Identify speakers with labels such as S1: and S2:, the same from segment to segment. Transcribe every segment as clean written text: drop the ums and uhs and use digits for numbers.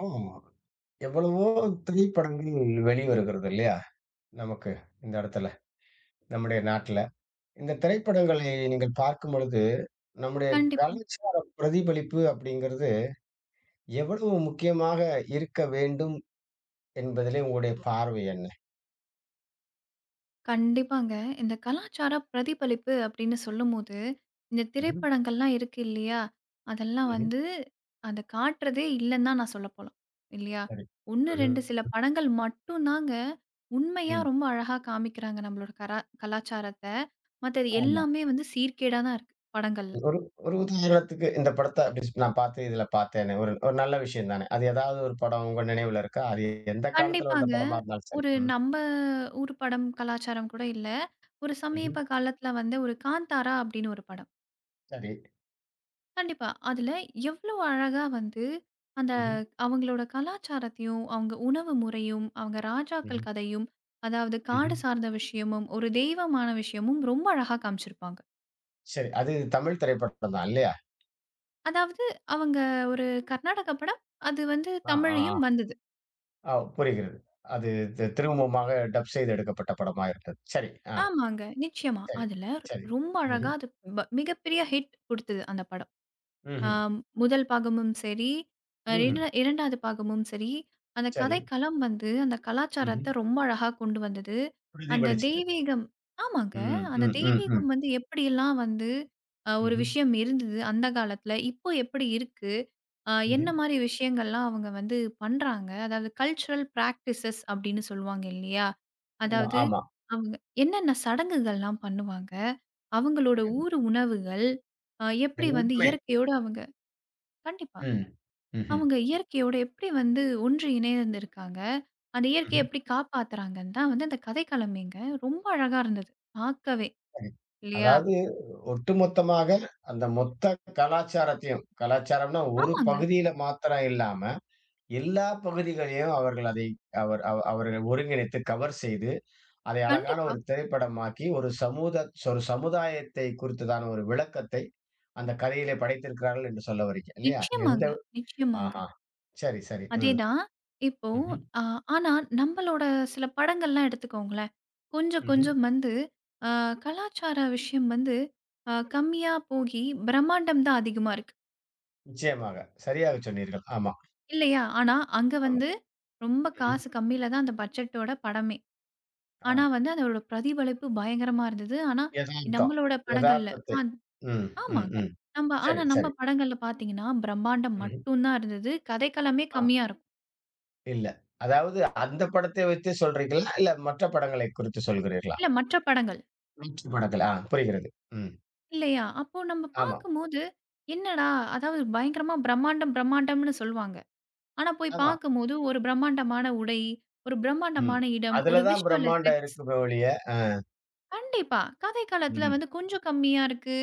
S1: ஆமா. எவ்வளவோ திரைப்படங்கள் வெளிவருகிறது இல்லையா? நமக்கு இந்த இடத்துல, நம்முடைய நாட்டுல. இந்த திரைப்படங்களை நீங்கள் பார்க்கும் பொழுது, நம்முடைய
S2: கண்டிப்பா.
S1: கலாச்சார பிரதிபலிப்பு அப்படிங்கிறது எவ்வளவு முக்கியமாக இருக்க வேண்டும் என்பதிலே உங்களுடைய பார்வை என்ன?
S2: கண்டிப்பாங்க. இந்த கலாச்சார பிரதிபலிப்பு அப்படின்னு சொல்லும்போது, இந்த
S1: ம்ஹ்ம்.
S2: திரைப்படங்கள்லாம் இருக்கு இல்லையா? அதெல்லாம்
S1: ம்ஹ்ம்.
S2: வந்து அத காட்டுறதே இல்லன்னு தான் நான் சொல்ல போலாம். இல்லையா?
S1: சரி.
S2: 1,
S1: ம்ஹ்ம்.
S2: 2 சில படங்கள் மட்டும் தாங்க உண்மையா
S1: ம்.
S2: ரொம்ப அழகா காமிக்கிறாங்க நம்மளோட கலாச்சாரத்த. மத்தது
S1: ஆமா.
S2: எல்லாமே வந்து சீர்கேடா தான் இருக்கு படங்கள்ல.
S1: ஒரு ஒரு உதாரணத்துக்கு இந்த படத்த அப்படி நான் பார்த்து இதுல பார்த்தேன்னு, ஒரு ஒரு நல்ல விஷயம் தானே. அது ஏதாவது ஒரு படம் உங்க நினைவுல இருக்கா? அது எந்த காலத்துல வந்த
S2: கண்டிப்பாங்க.
S1: படமா இருந்தாலும் சரி.
S2: ஒரு
S1: ம்.
S2: நம்ம ஊர் படம் கலாச்சாரம் கூட இல்ல. ஒரு
S1: ம்ஹ்ம்.
S2: சமீப காலத்துல வந்து ஒரு காந்தாரா அப்படின்னு ஒரு படம்.
S1: சரி.
S2: கண்டிப்பா. அதுல எவ்ளோ அழகா வந்து அந்த
S1: ம்ஹ்ம்.
S2: அவங்களோட கலாச்சாரத்தையும், அவங்க உணவு முறையும், அவங்க
S1: ம்ஹ்ம்.
S2: ராஜாக்கள் கதையும், அதாவது
S1: ம்ஹ்ம்.
S2: காடு சார்ந்த விஷயமும், ஒரு தெய்வமான விஷயமும் ரொம்ப அழகா காமிச்சிருப்பாங்க.
S1: சரி. அது தமிழ் திரைப்படம் தான் இல்லையா?
S2: அதாவது அவங்க ஒரு கர்நாடக படம். அது வந்து
S1: ஆ, ஆ,
S2: தமிழ்லயும்
S1: ஆ.
S2: வந்தது.
S1: ஆ புரிகிறது. அது திரும்பமாக டப் செய்து எடுக்கப்பட்ட படமா இருந்தது. சரி. ஆ
S2: ஆமாங்க. நிச்சயமா.
S1: சரி,
S2: அதுல
S1: சரி.
S2: ரொம்ப அழகா
S1: ம்ஹ்ம்.
S2: அது மிகப்பெரிய ஹிட் குடுத்தது அந்த படம்.
S1: ம்ஹ்ம்.
S2: ஆம், முதல் பாகமும் சரி, அ
S1: ம்ஹ்ம்.
S2: இர 2வது பாகமும் சரி, அந்த
S1: சரி.
S2: கதைக்களம் வந்து அந்த
S1: ம்ஹ்ம்.
S2: கலாச்சாரத்த ரொம்ப அழகா கொண்டு வந்தது. அந்த
S1: பிரதிபலிச்சது.
S2: தெய்வீகம் ஆமாங்க.
S1: ம்,
S2: அந்த
S1: ம், ம், ம்.
S2: தெய்வீகம் வந்து எப்படியெல்லாம் வந்து ஒரு
S1: ம்ஹ்ம்.
S2: விஷயம் இருந்தது அந்த காலத்துல, இப்போ எப்படி இருக்கு? என்ன
S1: ம்ஹ்ம்.
S2: மாரி விஷயங்கள்லாம் அவங்க வந்து பண்றாங்க? அதாவது கல்ச்சுரல் பிராக்டிஸஸ் அப்படின்னு சொல்லுவாங்க இல்லையா?
S1: ஆமா,
S2: அதாவது
S1: ஆமா.
S2: அவங்க என்னென்ன சடங்குகள்லாம் பண்ணுவாங்க? அவங்களோட
S1: புரிகிறது.
S2: ஊர் உணவுகள், எப்படி வந்து
S1: எல்லாமே.
S2: இயற்கையோட அவங்க கண்டிப்பா.
S1: ம். ம்ஹ்ம்.
S2: அவங்க இயற்கையோட எப்படி வந்து ஒன்றி இணைந்திருக்காங்க. அந்த
S1: ம்ஹ்ம்.
S2: இயற்கைய எப்படி காப்பாத்துறாங்கன்னு தான் வந்து அந்த கதைக்களமேங்க. ரொம்ப அழகா இருந்தது. பார்க்கவே
S1: சரி.
S2: இல்லையா?
S1: அதாவது ஒட்டுமொத்தமாக அந்த மொத்த கலாச்சாரத்தையும், கலாச்சாரம்னா ஒரு
S2: ஆமாங்க.
S1: பகுதியில மாத்திரம் இல்லாம எல்லா பகுதிகளையும் அவர்கள் அதை அவர்கள் ஒருங்கிணைத்து கவர் செய்து, அதை அழகான
S2: கண்டிப்பா.
S1: ஒரு திரைப்படமாக்கி, ஒரு சமுதாயத்தை குறித்ததான ஒரு விளக்கத்தை அந்த கதையிலே படைத்திருக்கிறார்கள் என்று சொல்ல வரீங்க. இல்லையா? எந்த
S2: நிச்சயமாங்க, நிச்சயமாங்க.
S1: ஆஹா! சரி, சரி. ம்.
S2: அதேதான். இப்போ
S1: ம்ஹ்ம்.
S2: அ ஆனா நம்மளோட சில படங்கள்லாம் எடுத்துக்கோங்களேன். கொஞ்சம்
S1: ம்ஹ்ம்.
S2: கொஞ்சம் வந்து அ கலாச்சார விஷயம் வந்து கம்மியா போகி பிரம்மாண்டம் தான் அதிகமா இருக்கு.
S1: நிச்சயமாக. சரியாக சொன்னீர்கள். ஆமா,
S2: இல்லையா? ஆனா அங்க
S1: ஆமா.
S2: வந்து ரொம்ப
S1: ம்ஹ்ம்.
S2: காசு கம்மியில தான் அந்த பட்ஜெட்டோட படமே. ஆனா
S1: ஆ
S2: வந்து அதோட பிரதிபலிப்பு பயங்கரமா இருந்தது. ஆனா
S1: எதார்த்தம்.
S2: நம்மளோட படங்கள்ல
S1: எதார்த்தத்தை.
S2: ஆ
S1: ம், ம்,
S2: ஆமாங்க.
S1: ம்.
S2: நம்ப ஆனா
S1: சரி,
S2: நம்ம
S1: சரி.
S2: படங்கள்ல பார்த்தீங்கன்னா, பிரம்மாண்டம்
S1: ம்ஹ்ம்.
S2: மட்டும் தான் இருந்தது. கதைக்களமே
S1: ஆ
S2: கம்மியா இருக்கும்.
S1: இல்ல. அதாவது அந்த படத்தை வைத்து சொல்றீங்களா? இல்ல மற்ற படங்களை குறித்து சொல்கிறீர்களா?
S2: இல்ல மற்ற படங்கள்.
S1: வெற்றி படத்துல. ஆ புரிகிறது. ம்.
S2: இல்லையா? அப்போ நம்ம
S1: ஆமா,
S2: பார்க்கும்போது, என்னடா! அதாவது பயங்கரமா பிரம்மாண்டம், பிரம்மாண்டம்னு சொல்லுவாங்க. ஆனா போய்
S1: ஆமா.
S2: பார்க்கும்போது, ஒரு பிரம்மாண்டமான உடை, ஒரு
S1: ம்.
S2: பிரம்மாண்டமான இடம்,
S1: அதுல
S2: ஒரு
S1: தான்
S2: விஷுவல்
S1: பிரம்மாண்டம்
S2: எஃபெக்ட்ஸ்
S1: இருக்குமே ஒழிய,
S2: கண்டிப்பா. கதை காலத்துல
S1: ம்ஹ்ம்.
S2: வந்து கொஞ்சம் கம்மியா இருக்கு.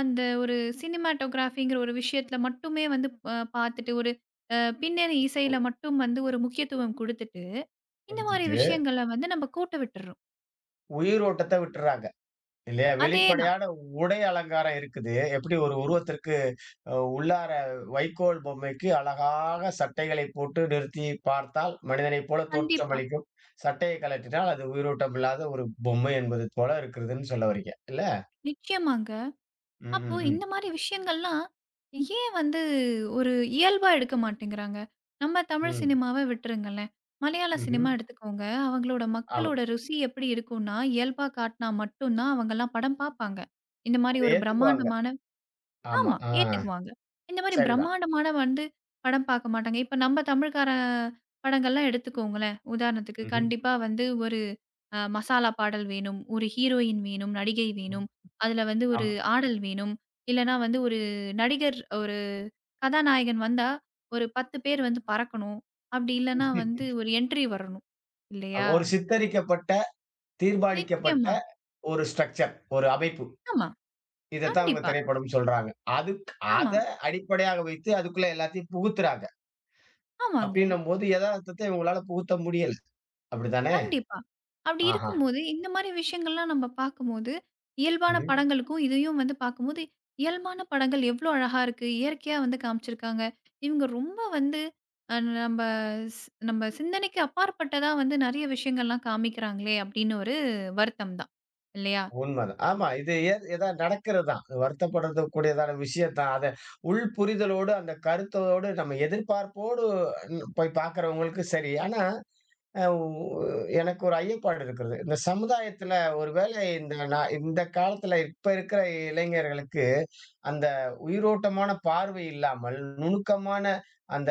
S2: அந்த ஒரு சினிமாட்டோகிராஃபிங்கிற ஒரு விஷயத்துல மட்டுமே வந்து பாத்துட்டு, ஒரு பின்னணி இசையில மட்டும் வந்து ஒரு முக்கியத்துவம் குடுத்துட்டு, இந்த மாரி
S1: குடுத்துட்டு
S2: விஷயங்கள வந்து நம்ம கோட்ட விட்டுர்றோம்.
S1: உயிர் ஓட்டத்த விட்டுர்றாங்க. இல்லையா?
S2: அதேதான்.
S1: வெளிப்படையான உடை அலங்காரம் இருக்குது. எப்படி ஒரு உருவத்திற்கு உள்ளார வைக்கோல் பொம்மைக்கு அழகாக சட்டைகளை போட்டு நிறுத்தி பார்த்தால் மனிதனைப் போல
S2: கண்டிப்பா.
S1: தோற்றமளிக்கும். சட்டைய கழற்றினால் அது உயிரோட்டம் இல்லாத ஒரு பொம்மை என்பது போல இருக்கிறதுன்னு சொல்ல வர்றீங்க. இல்ல?
S2: நிச்சயமாங்க.
S1: ம்,
S2: அப்போ
S1: ம், ம்.
S2: இந்த மாரி விஷயங்கள்லாம், ஏன் வந்து ஒரு இயல்பா எடுக்க மாட்டேங்கிறாங்க? நம்ம தமிழ்
S1: ம்.
S2: சினிமாவ விட்டுருங்களேன். மலையாள
S1: ம்ஹ்ம்.
S2: சினிமா எடுத்துக்கோங்க. அவங்களோட
S1: ஆமா.
S2: மக்களோட ருசி எப்படி இருக்கும்னா, இயல்பா காட்டுனா மட்டும் தான் அவங்கலாம் படம் பாப்பாங்க. இந்த மாரி
S1: அத
S2: ஒரு
S1: ஏத்துக்குவாங்க.
S2: பிரம்மாண்டமான
S1: ஆமா.
S2: ஆமா.
S1: ஆ
S2: ஏத்துக்குவாங்க. இந்த மாரி
S1: சரிதான்.
S2: பிரம்மாண்டமான வந்து படம் பாக்க மாட்டாங்க. இப்ப நம்ம தமிழ்கார படங்கள்லாம் எடுத்துக்கோங்களேன். உதாரணத்துக்கு
S1: ம்ஹ்ம்.
S2: கண்டிப்பா வந்து ஒரு மசாலா பாடல் வேணும், ஒரு ஹீரோயின் வேணும், நடிகை
S1: ம்.
S2: வேணும், அதுல வந்து ஒரு
S1: ஆமா.
S2: ஆடல் வேணும், இல்லன்னா வந்து ஒரு நடிகர் ஒரு கதாநாயகன் வந்தா ஒரு 10 பேர் வந்து பறக்கணும். அப்படி இல்லன்னா வந்து ஒரு என்ட்ரி வரணும். இல்லையா?
S1: ஒரு சித்தரிக்கப்பட்ட, தீர்மானிக்கப்பட்ட
S2: நிச்சயமா.
S1: ஒரு ஸ்ட்ரக்சர், ஒரு அமைப்பு.
S2: ஆமா.
S1: இதத்தான் அவங்க
S2: கண்டிப்பா.
S1: திரைப்படம்னு சொல்றாங்க. அதுக் அத
S2: ஆமா.
S1: அடிப்படையாக வைத்து அதுக்குள்ள எல்லாத்தையும் புகுத்துறாங்க.
S2: ஆமாங்க.
S1: அப்படின்னும்போது எதார்த்தத்தை இவங்களால புகுத்த முடியல. அப்படித்தானே?
S2: கண்டிப்பா. அப்படி
S1: ஆஹா.
S2: இருக்கும்போது, இந்த மாரி விஷயங்கள்லாம் நம்ம பார்க்கும்போது, இயல்பான
S1: ம்ஹ்ம்.
S2: படங்களுக்கும், இதையும் வந்து பார்க்கும்போது, இயல்பான படங்கள் எவ்வளோ அழகா இருக்கு. இயற்கையா வந்து காமிச்சிருக்காங்க. இவங்க ரொம்ப வந்து அ நம்ப நம்ப சிந்தனைக்கு அப்பாற்பட்டதா வந்து நெறைய விஷயங்கள்லாம் காமிக்கிறாங்களே! அப்படின்னு ஒரு வருத்தம் தான். இல்லையா?
S1: உண்மதான். ஆமா. இது எதா நடக்கிறது தான். வருத்தப்படக்கூடியதான விஷயம் தான். அத உள் புரிதலோடு, அந்த கருத்தோடு, நம்ம எதிர்பார்ப்போடு போய் பார்க்கிறவங்களுக்கு சரி. ஆனா அ உ எனக்கு ஒரு ஐயப்பாடு இருக்கிறது. இந்த சமுதாயத்துல ஒரு வேளை இந்த நான் இந்த காலத்துல இப்ப இருக்கிற இளைஞர்களுக்கு, அந்த உயிரோட்டமான பார்வை இல்லாமல், நுணுக்கமான அந்த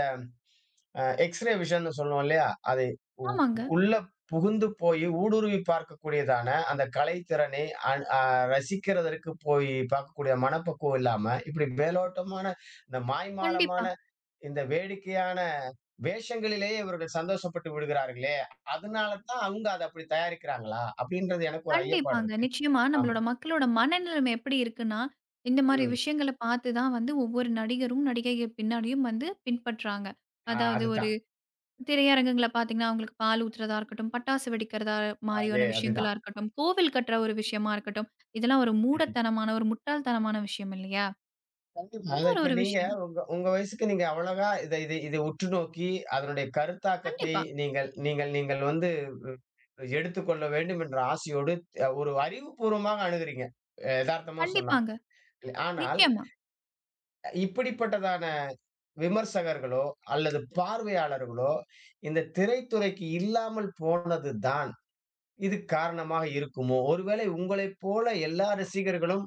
S1: எக்ஸ்ரே விஷன்னு சொல்லுவோம் இல்லையா? அதை உ
S2: ஆமாங்க.
S1: உள்ள புகுந்து போய் ஊடுருவி பார்க்கக்கூடியதான அந்த கலைத்திறனை அன் அ ரசிக்கிறதற்கு போய் பார்க்கக்கூடிய மனப்பக்குவம் இல்லாம, இப்படி மேலோட்டமான இந்த மாய்மாலமான
S2: கண்டிப்பா,
S1: இந்த வேடிக்கையான வேஷங்களிலேயே இவர்கள் சந்தோஷப்பட்டு விடுகிறார்களே! அதனால தான் அவங்க அத அப்படி தயாரிக்கிறாங்களா? அப்படின்றது எனக்கு ஒரு ஐயப்பாடு
S2: கண்டிப்பாங்க.
S1: இருக்கு.
S2: நிச்சயமா
S1: ஆமா.
S2: நம்மளோட மக்களோட மனநிலைமை எப்படி இருக்குன்னா, இந்த மாரி
S1: ம்.
S2: விஷயங்கள பார்த்து தான் வந்து ஒவ்வொரு நடிகரும், நடிகைகள் பின்னாடியும் வந்து பின்பற்றாங்க.
S1: ஆ
S2: அதாவது ஒரு
S1: அதுதான்.
S2: திரையரங்குகள பார்த்தீங்கன்னா, அவங்களுக்கு பால் ஊத்துறதா இருக்கட்டும், பட்டாசு வெடிக்கிறதா
S1: அது
S2: மாரியான விஷயங்களா
S1: அதுதான்.
S2: இருக்கட்டும், கோவில் கட்டுற ஒரு விஷயமா இருக்கட்டும், இதெல்லாம் ஒரு
S1: ம்ஹ்ம்.
S2: மூடத்தனமான, ஒரு முட்டாள்தனமான விஷயம் இல்லையா?
S1: கண்டிப்பா. அதான்
S2: இன்னொரு
S1: இப்ப
S2: ஒரு
S1: நீங்க
S2: விஷயம்
S1: உங்க உங்க வயசுக்கு நீங்க அவ்வளவா இத இத இத உற்று நோக்கி அதனுடைய கருத்தாக்கத்தை
S2: கண்டிப்பா,
S1: நீங்கள் நீங்கள் நீங்கள் வந்து ம் எடுத்துக்கொள்ள வேண்டும் என்ற ஆசையோடு ஒரு அறிவுபூர்வமாக அணுகுறீங்க. எதார்த்தமா சொன்னா.
S2: கண்டிப்பாங்க.
S1: ஆனால்
S2: நிச்சயமா.
S1: இப்படிப்பட்டதான விமர்சகர்களோ அல்லது பார்வையாளர்களோ இந்த திரைத்துறைக்கு இல்லாமல் போனதுதான் இது காரணமாக இருக்குமோ? ஒருவேளை உங்களைப் போல எல்லா ரசிகர்களும்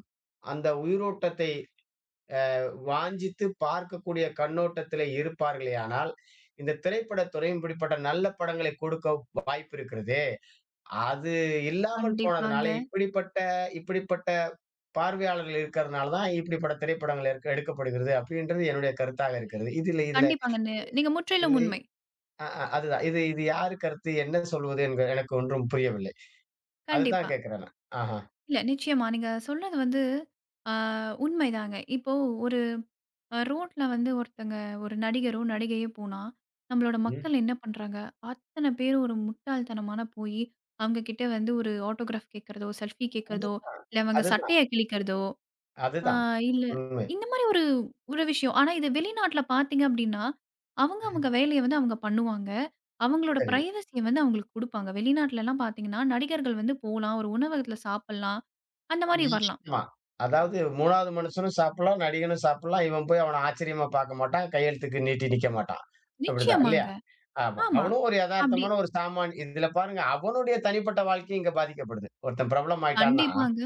S1: அந்த உயிரோட்டத்தை வாஞ்சித்து பார்க்கக்கூடிய கண்ணோட்டத்திலே இருப்பார்களேயானால், இந்த திரைப்படத் துறையும் இப்படிப்பட்ட நல்ல படங்களை கொடுக்க வாய்ப்பு இருக்கிறதே. அது இல்லாமல் போனதுனால
S2: கண்டிப்பாங்க,
S1: இப்படிப்பட்ட இப்படிப்பட்ட பார்வையாளர்கள் இருக்கிறதுனால தான் இப்படிப்பட்ட திரைப்படங்கள் எடுக்க எடுக்கப்படுகிறது. அப்படின்றது என்னுடைய கருத்தாக இருக்கிறது. இதுல இதுல
S2: கண்டிப்பாங்க. நீங்க முற்றிலும்
S1: இதுல
S2: உண்மை.
S1: அ, அ, அதுதான். இது இது யாரு கருத்து? என்ன சொல்வது? எனக்கு ஒன்றும் புரியவில்லை. அதுதான்
S2: கண்டிப்பா.
S1: கேட்கிறேன் நான். ஆஹா.
S2: இல்ல நிச்சயமா. நீங்க சொன்னது வந்து ஆ உண்மைதாங்க. இப்போ ஒரு ரோட்ல வந்து ஒருத்தங்க ஒரு நடிகரோ, நடிகையோ போனா, நம்மளோட
S1: ம்.
S2: மக்கள் என்ன பண்றாங்க, அத்தன பேரும் ஒரு முட்டாள்தனமான போயி, அவங்க கிட்ட வந்து ஒரு ஆட்டோகிராஃப் கேட்கிறதோ, செல்ஃபி
S1: அது
S2: கேட்கிறதோ, இல்ல அவங்க
S1: அதுதான்,
S2: சட்டைய கிழிக்கிறதோ, அ
S1: அதுதான்.
S2: இல்ல
S1: உண்மை.
S2: இந்த மாரி ஒரு ஒரு விஷயம். ஆனா இது வெளிநாட்ல பார்த்தீங்க அப்டின்னா, அவங்க அவங்க வேலைய வந்து அவங்க பண்ணுவாங்க. அவங்களோட
S1: சரி.
S2: பிரைவசிய வந்து அவங்களுக்கு குடுப்பாங்க. வெளிநாட்லலாம் பார்த்தீங்கன்னா, நடிகர்கள் வந்து போலாம், ஒரு உணவகத்துல சாப்பிடலாம், அந்த மாரி வரலாம்.
S1: ஆமா. அதாவது 3வது மனுஷனும் சாப்பிடலாம், நடிகனும் சாப்பிடலாம். இவன் போய் அவன ஆச்சரியமா பார்க்க மாட்டான். கையெழுத்துக்கு நீட்டி நிக்க மாட்டான். அப்படிதான் இல்லையா?
S2: நிச்சயமாங்க.
S1: ஆமா.
S2: ஆமா.
S1: அவனும் ஒரு
S2: அப்டி
S1: எதார்த்தமான ஒரு சாமான். இதுல பாருங்க அவனுடைய தனிப்பட்ட வாழ்க்கையும் இங்க பாதிக்கப்படுது. ஒருத்தன் பிரபலம் ஆயிட்டான்னா,
S2: கண்டிப்பாங்க,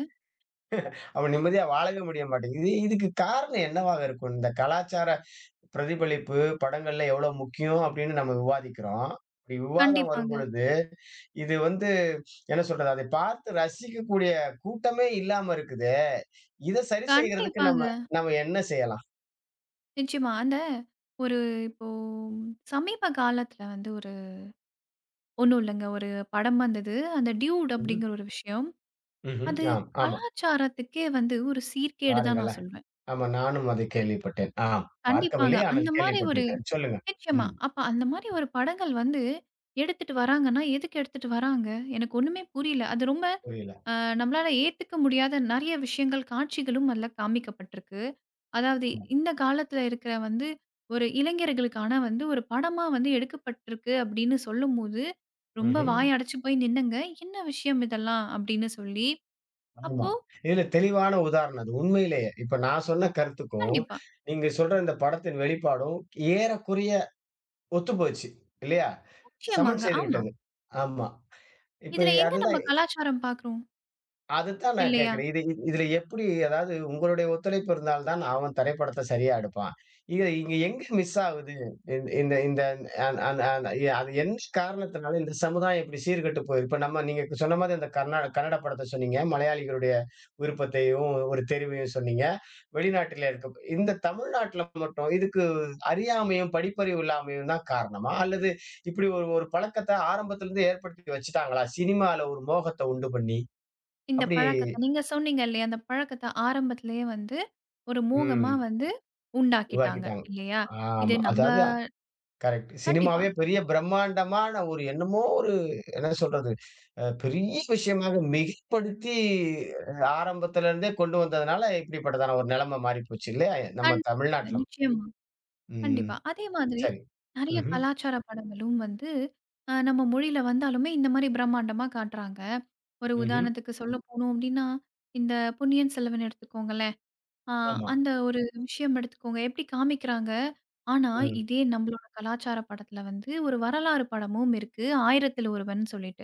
S1: அவன் நிம்மதியா வாழவே முடிய மாட்டேங்குது. இதுக்கு காரணம் என்னவாக இருக்கும்? இந்த கலாச்சார பிரதிபலிப்பு, படங்கள்ல எவ்வளோ முக்கியம் அப்படின்னு நம்ம விவாதிக்கிறோம். இப்படி விவாதம்
S2: கண்டிப்பாங்க.
S1: வரும்பொழுது, இது வந்து என்ன சொல்றது? அதை பார்த்து ரசிக்கக்கூடிய கூட்டமே இல்லாம இருக்குதே. இத சரி செய்கிறதுக்கு நம்ம
S2: கண்டிப்பாங்க.
S1: நம்ம என்ன செய்யலாம்?
S2: நிச்சயமா. அந்த ஒரு இப்போ சமீப காலத்துல வந்து ஒரு ஒண்ணும் இல்லங்க. ஒரு படம் வந்தது. அந்த டியூட்
S1: ம்ஹ்ம்.
S2: அப்படிங்கிற ஒரு விஷயம்.
S1: ம்ஹ்ம்.
S2: அது
S1: ஆம். ஆமா.
S2: கலாச்சாரத்துக்கே வந்து ஒரு சீர்கேடு தான் நான்
S1: பாருங்களேன்.
S2: சொல்வேன்.
S1: ஆமா. நானும் அதை கேள்விப்பட்டேன். ஆம்.
S2: கண்டிப்பாங்க.
S1: பார்க்கவில்லை.
S2: அந்த
S1: ஆனால்
S2: மாரி ஒரு
S1: கேள்விப்பட்டிருக்கிறேன். சொல்லுங்க.
S2: நிச்சயமா.
S1: ம்.
S2: அப்ப அந்த மாரி ஒரு படங்கள் வந்து எடுத்துட்டு வராங்கன்னா, எதுக்கு எடுத்துட்டு வராங்க? எனக்கு ஒண்ணுமே புரியல. அது ரொம்ப
S1: புரியல.
S2: அ நம்மளால ஏத்துக்க முடியாத நெறைய விஷயங்கள், காட்சிகளும் அதுல காமிக்கப்பட்டிருக்கு. அதாவது
S1: ஆமா.
S2: இந்த காலத்துல இருக்கிற வந்து ஒரு இளைஞர்களுக்கான வந்து ஒரு படமா வந்து எடுக்கப்பட்டிருக்கு அப்படின்னு சொல்லும்போது, ரொம்ப
S1: ம்ஹ்ம்.
S2: வாய அடைச்சு போய் நின்னேங்க. "என்ன விஷயம் இதெல்லாம்?" அப்படின்னு சொல்லி.
S1: ஆமா.
S2: அப்போ
S1: இதுல தெளிவான உதாரணம் அது. உண்மையிலேயே. இப்ப நான் சொன்ன கருத்துக்கும்,
S2: கண்டிப்பா.
S1: நீங்க சொல்ற இந்த படத்தின் வெளிப்பாடும் ஏறக்குறைய ஒத்துப்போச்சு. இல்லையா? சமன்
S2: நிச்சயமாங்க.
S1: செய்து
S2: ஆமா.
S1: விட்டது. ஆமா. இப்ப
S2: இதுல எங்க நம்ம
S1: அதுதான்
S2: கலாச்சாரம் பார்க்குறோம்
S1: அதுதான் நான்
S2: இல்லையா?
S1: கேட்கிறேன். இது இதுல எப்படி அதாவது உங்களுடைய ஒத்துழைப்பு இருந்தால் தான் அவன் திரைப்படத்த சரியா எடுப்பான். இது இங்க எங்க மிஸ் ஆகுது? இந்த அந் அந் அந் அது என்ன காரணத்தினால இந்த சமுதாயம் இப்படி சீர்கெட்டு போயிருக்கு? இப்ப நம்ம நீங்க சொன்ன மாதிரி அந்த கன்னட படத்த சொன்னீங்க. மலையாளிகளுடைய விருப்பத்தையும், ஒரு தெரிவையும் சொன்னீங்க. வெளிநாட்டில இருக்க இந்த தமிழ்நாட்டுல மட்டும் இதுக்கு அறியாமையும், படிப்பறிவு இல்லாமையும் தான் காரணமா? அல்லது இப்படி ஒரு ஒரு பழக்கத்த ஆரம்பத்திலிருந்து ஏற்படுத்தி வச்சுட்டாங்களா? சினிமால ஒரு மோகத்த உண்டு பண்ணி.
S2: இந்த
S1: அப்படி
S2: பழக்கத்த நீங்க சொன்னீங்க இல்லையா? அந்த பழக்கத்த ஆரம்பத்திலேயே வந்து ஒரு மோகமா
S1: ம்.
S2: வந்து உண்டாக்கிட்டாங்க
S1: உருவாக்கிட்டாங்க.
S2: இல்லையா? இது
S1: ஆமா.
S2: நம்ப
S1: அதாவது கரெக்ட்.
S2: கண்டிப்பா.
S1: சினிமாவே பெரிய பிரம்மாண்டமான ஒரு என்னமோ ஒரு என்ன சொல்றது? பெரிய விஷயமாக மிகைப்படுத்தி ஆரம்பத்துல இருந்தே கொண்டு வந்ததுனால, இப்படிப்பட்டதான ஒரு நிலைமை மாறி போச்சு இல்லையா? நம்ம
S2: கண்
S1: தமிழ்நாட்டுல.
S2: நிச்சயமா.
S1: ம்.
S2: கண்டிப்பா. அதே மாதிரி
S1: சரி.
S2: நெறைய
S1: ம்ஹ்ம்.
S2: கலாச்சார படங்களும் வந்து நம்ம மொழியில வந்தாலுமே இந்த மாரி பிரம்மாண்டமா காட்டுறாங்க. ஒரு
S1: ம்ஹ்ம்.
S2: உதாரணத்துக்கு சொல்ல போணும் அப்டின்னா, இந்த பொன்னியின் செல்வன் எடுத்துக்கோங்களேன். ஆ
S1: ஆமா.
S2: அந்த ஒரு விஷயம் எடுத்துக்கோங்க. எப்டி காமிக்கிறாங்க. ஆனா,
S1: ம்.
S2: இதே நம்மளோட கலாச்சார படத்துல வந்து ஒரு வரலாறு படமும் இருக்கு. "ஆயிரத்தில் ஒருவன்" சொல்லிட்டு.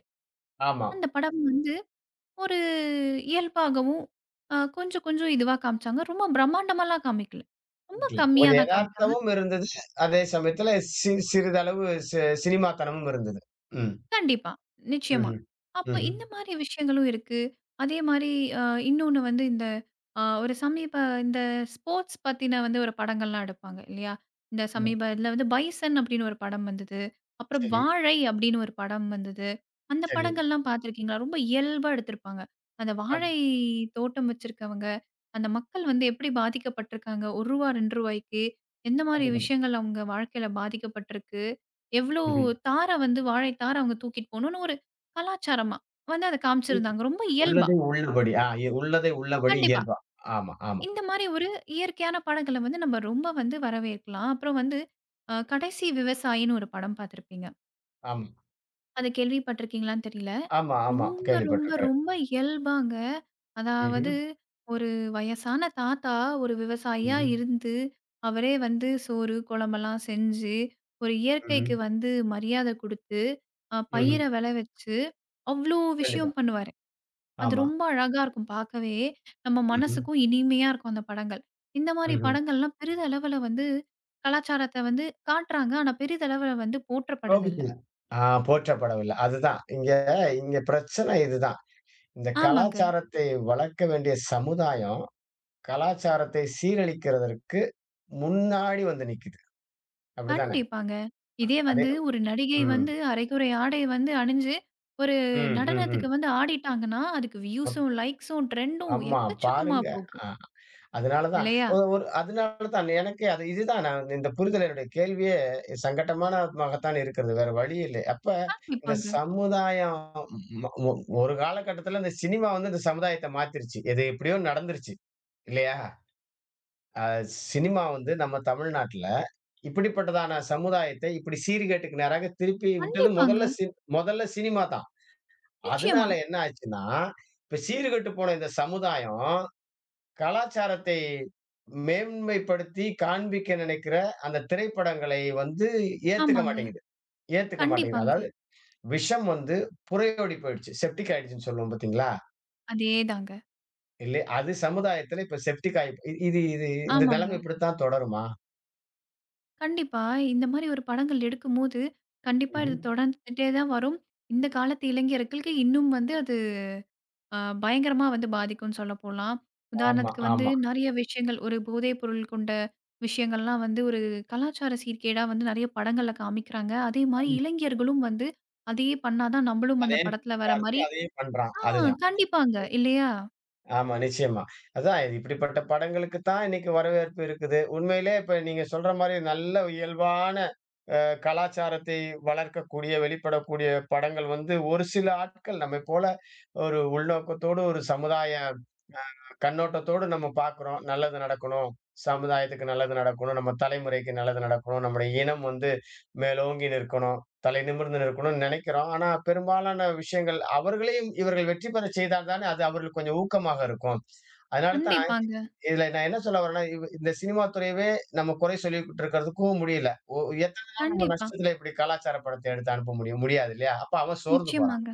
S1: ஆமா.
S2: அந்த படம் வந்து ஒரு இயல்பாகவும், கொஞ்சம் கொஞ்சம் இதுவா காமிச்சாங்க. ரொம்ப பிரம்மாண்டமாலாம் காமிக்கல. ரொம்ப
S1: Okay.
S2: கம்மியா
S1: கொஞ்சம்
S2: தான் காமிச்சாங்க.
S1: எதார்த்தமும் இருந்தது. அதே சமயத்துல சிறிதளவு சி சினிமாத்தனமும் இருந்தது. ம்.
S2: கண்டிப்பா. நிச்சயமா.
S1: ம்ஹ்ம்.
S2: அப்போ
S1: ம்ஹ்ம்.
S2: இந்த மாரி விஷயங்களும் இருக்கு. அதே மாரி அ இன்னொன்னு வந்து இந்த ஒரு சமீப இந்த ஸ்போர்ட்ஸ் பத்தின வந்து ஒரு படங்கள்லாம் எடுப்பாங்க இல்லையா? இந்த
S1: ஆமா.
S2: சமீப இதுல வந்து பைசன் அப்படின்னு ஒரு படம் வந்தது. அப்புறம்
S1: சரி,
S2: வாழை அப்படின்னு ஒரு படம் வந்தது. அந்த
S1: சரி.
S2: படங்கள்லாம் பார்த்துருக்கீங்களா? ரொம்ப இயல்பா எடுத்திருப்பாங்க. அந்த
S1: ஆமா.
S2: வாழை தோட்டம் வச்சிருக்கவங்க, அந்த மக்கள் வந்து எப்படி பாதிக்கப்பட்டிருக்காங்க? ரூ. 1 ரூ. 2 எந்த மாரி
S1: கண்டிப்பாங்க.
S2: விஷயங்கள் அவங்க வாழ்க்கையில பாதிக்கப்பட்டிருக்கு? எவ்ளோ
S1: ம்ஹ்ம்.
S2: தார வந்து வாழை தார அவங்க தூக்கிட்டு போணும்னு ஒரு கலாச்சாரமா வந்து அத காமிச்சிருந்தாங்க. ரொம்ப இயல்பா.
S1: உள்ளதை உள்ளபடி. ஆ எ உள்ளதை உள்ளபடி
S2: கண்டிப்பா.
S1: இயல்பா. ஆமா, ஆமா,
S2: இந்த மாரி ஒரு இயற்கையான படங்கள வந்து நம்ம ரொம்ப வந்து வரவேற்கலாம். அப்புறம் வந்து கடைசி விவசாயின்னு ஒரு படம் பார்த்திருப்பீங்க.
S1: ஆமா,
S2: அத கேள்விப்பட்டிருக்கீங்களான்னு தெரியல.
S1: ஆமா, ஆமா.
S2: ரொம்ப, ரொம்ப,
S1: கேள்விப்பட்டிருக்கிறேன்.
S2: ரொம்ப இயல்பாங்க.
S1: ம்ஹ்ம்,
S2: அதாவது ஒரு வயசான தாத்தா ஒரு விவசாயியா
S1: ம்ஹ்ம்,
S2: இருந்து, அவரே வந்து சோறு, குழம்பெல்லாம் செஞ்சு, ஒரு
S1: ம்ஹ்ம்,
S2: இயற்கைக்கு வந்து மரியாதை குடுத்து,
S1: ம்ஹ்ம்.
S2: பயிர விளைவிச்சு, அவ்ளோ
S1: கண்டிப்பா.
S2: விஷயம் பண்ணுவாரு. அது
S1: ஆமா.
S2: ரொம்ப அழகா இருக்கும் பார்க்கவே. நம்ம
S1: ம்ஹ்ம்,
S2: மனசுக்கும் இனிமையா இருக்கும் அந்த படங்கள். இந்த மாரி
S1: ம்ஹ்ம்.
S2: படங்கள்லாம் பெரிதளவுல வந்து கலாச்சாரத்த வந்து காட்டுறாங்க. ஆனா பெரிதளவுல வந்து போற்றப்படதில்ல.
S1: கோபிக்கல. ஆ போற்றப்படவில்லை. அதுதான். இங்க இங்க பிரச்சனை இதுதான். இந்த
S2: ஆமாங்க.
S1: கலாச்சாரத்தை வளர்க்க வேண்டிய சமுதாயம், கலாச்சாரத்தை சீரழிக்கிறதற்கு முன்னாடி வந்து நிக்குது. அப்படித்தானே?
S2: கண்டிப்பாங்க. இதே
S1: அதே
S2: வந்து ஒரு நடிகை
S1: ம்,
S2: வந்து அரைகுறை ஆடை வந்து அணிஞ்சு, ஒரு
S1: ம், ம்,
S2: நடனத்துக்கு
S1: ம்.
S2: வந்து ஆடிட்டாங்கன்னா, அதுக்கு
S1: மொத்
S2: வியூஸும், லைக்ஸும், ட்ரெண்டும்
S1: ஆமா
S2: எக்கச்சக்கமா
S1: பாருங்க.
S2: போகும்.
S1: ஆ. அதனால தான்.
S2: இல்லையா?
S1: ஒரு அதனால தான் எனக்கு அது இதுதான் நான் இந்த புரிதல் என்னுடைய கேள்வியே சங்கட்டமான மாகத்தான் இருக்கிறது. வேற வழி இல்லை. அப்ப இந்த
S2: கண்டிப்பாங்க,
S1: சமுதாயம் ம ஒ ஒரு காலகட்டத்தில இந்த சினிமா வந்து இந்த சமுதாயத்த மாத்திருச்சு. எது எப்படியோ நடந்துருச்சு. இல்லையா? அ சினிமா வந்து நம்ம தமிழ்நாட்டுல இப்படிப்பட்டதான சமுதாயத்தை இப்படி சீர்கேட்டுக்கு நேராக திருப்பி விட்டது
S2: கண்டிப்பாங்க.
S1: முதல்ல முதல்ல சினிமா தான்.
S2: நிச்சயமா.
S1: அதனால என்ன ஆச்சுன்னா, இப்ப சீர்கெட்டு போன இந்த சமுதாயம் கலாச்சாரத்தை மேன்மைப்படுத்தி காண்பிக்க நினைக்கிற அந்த திரைப்படங்களை வந்து ஏத்துக்க
S2: ஆமாங்க.
S1: மாட்டேங்குது. ஏத்துக்க மாட்டேங்குது.
S2: கண்டிப்பாங்க.
S1: அதாவது விஷம் வந்து புரையோடி போயிடுச்சு. செப்டிக் ஆயிடுச்சுன்னு சொல்லுவோம் பார்த்தீங்களா?
S2: அதேதாங்க.
S1: இல்லை அது சமுதாயத்தில இப்ப செப்டிக் ஆயி இ இது இது இந்த
S2: ஆமாங்க.
S1: நிலைமை இப்படித்தான் தொடருமா?
S2: கண்டிப்பா. இந்த மாரி ஒரு படங்கள் எடுக்கும்போது, கண்டிப்பா இது
S1: ம்ஹ்ம்.
S2: தொடர்ந்துட்டே தான் வரும். இந்த காலத்து இளைஞர்களுக்கு இன்னும் வந்து அது பயங்கரமா வந்து பாதிக்கும்னு சொல்லப்போலாம்.
S1: ஆமா,
S2: உதாரணத்துக்கு வந்து
S1: ஆமா.
S2: நெறைய விஷயங்கள் ஒரு போதைப் பொருள் கொண்ட விஷயங்கள்லாம் வந்து ஒரு கலாச்சார சீர்கேடா வந்து நெறைய படங்கள்ல காமிக்கிறாங்க. அதே மாரி
S1: ம்.
S2: இளைஞர்களும் வந்து அதையே பண்ணா தான் நம்மளும்
S1: அதே
S2: அந்த படத்துல வர
S1: பார்த்து
S2: மாரி
S1: அதே பண்றான்.
S2: ஆ
S1: அதுதான்.
S2: கண்டிப்பாங்க. இல்லையா?
S1: ஆமா, நிச்சயமா. அதான் இது இப்படிப்பட்ட படங்களுக்கு தான் இன்னைக்கு வரவேற்பு இருக்குது. உண்மையிலே இப்ப நீங்க சொல்ற மாரி நல்ல இயல்பான கலாச்சாரத்தை வளர்க்கக்கூடிய, வெளிப்படக்கூடிய படங்கள் வந்து ஒரு சில ஆட்கள் நம்மைப் போல ஒரு உள்நோக்கத்தோடு, ஒரு சமுதாய கண்ணோட்டத்தோடு நம்ம பார்க்கிறோம். நல்லது நடக்கணும். சமுதாயத்துக்கு நல்லது நடக்கணும். நம்ம தலைமுறைக்கு நல்லது நடக்கணும். நம்முடைய இனம் வந்து மேலோங்கி நிற்கணும். தலை நிமிர்ந்து நிற்கணும்னு நெனைக்கிறோம். ஆனா, பெரும்பாலான விஷயங்கள் அவர்களையும் இவர்கள் வெற்றி பெறச் செய்தால் தானே, அது அவர்களுக்கு கொஞ்சம் ஊக்கமாக இருக்கும். அதனால தான்
S2: கண்டிப்பாங்க.
S1: இதுல நான் என்ன சொல்ல வரேன்னா, இந்த சினிமா துறையவே நம்ம குறை சொல்லிக்கிட்டு இருக்கிறதுக்கும் முடியல. ஒ எத்தன நாள் நம்ம
S2: கண்டிப்பா.
S1: நஷ்டத்துல இப்படி கலாச்சார படத்த எடுத்து அனுப்ப முடியும்? முடியாது இல்லையா? அப்ப அவன் சோர்ந்து போறான்.
S2: நிச்சயமாங்க.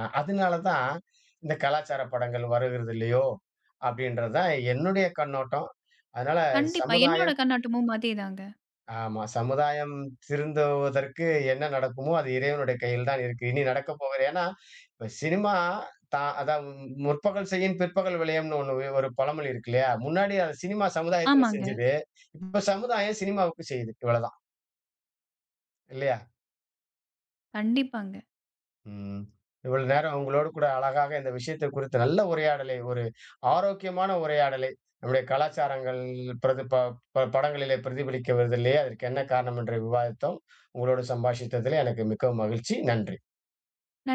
S1: அதனால தான் இந்த கலாச்சார படங்கள் வருகிறது இல்லையோ! அப்படின்றது தான் என்னுடைய கண்ணோட்டம். அதனால
S2: கண்டிப்பா. என்னோட
S1: சமுதாயம்
S2: கண்ணோட்டமும் அதேதாங்க.
S1: ஆமா. சமுதாயம் திருந்துவதற்கு என்ன நடக்குமோ, அது இறைவனுடைய கையில் தான் இருக்கு. இனி நடக்கப் போகிற ஏன்னா, இப்ப சினிமா தான் அதான் "முற்பகல் செய்யின் பிற்பகல் விளையும்னு" ஒண்ணு ஒரு பழமொழி இருக்கு இல்லையா? முன்னாடி அது சினிமா சமுதாயத்துல
S2: ஆமாங்க.
S1: செஞ்சது. இப்ப சமுதாயம் சினிமாவுக்கு செய்யுது. இவ்வளதான். இல்லையா?
S2: கண்டிப்பாங்க.
S1: ம். இவ்வளவு நேரம் உங்களோடு கூட அழகாக இந்த விஷயத்தை குறித்து நல்ல உரையாடலை, ஒரு ஆரோக்கியமான உரையாடலை, நம்முடைய கலாச்சாரங்கள் பிரதி ப ப படங்களிலே பிரதிபலிக்க வருதில்லையே, அதற்கு என்ன காரணம் என்று விவாதித்தோம். உங்களோடு சம்பாஷித்ததிலே எனக்கு மிகவும் மகிழ்ச்சி. நன்றி.
S2: நன்றி.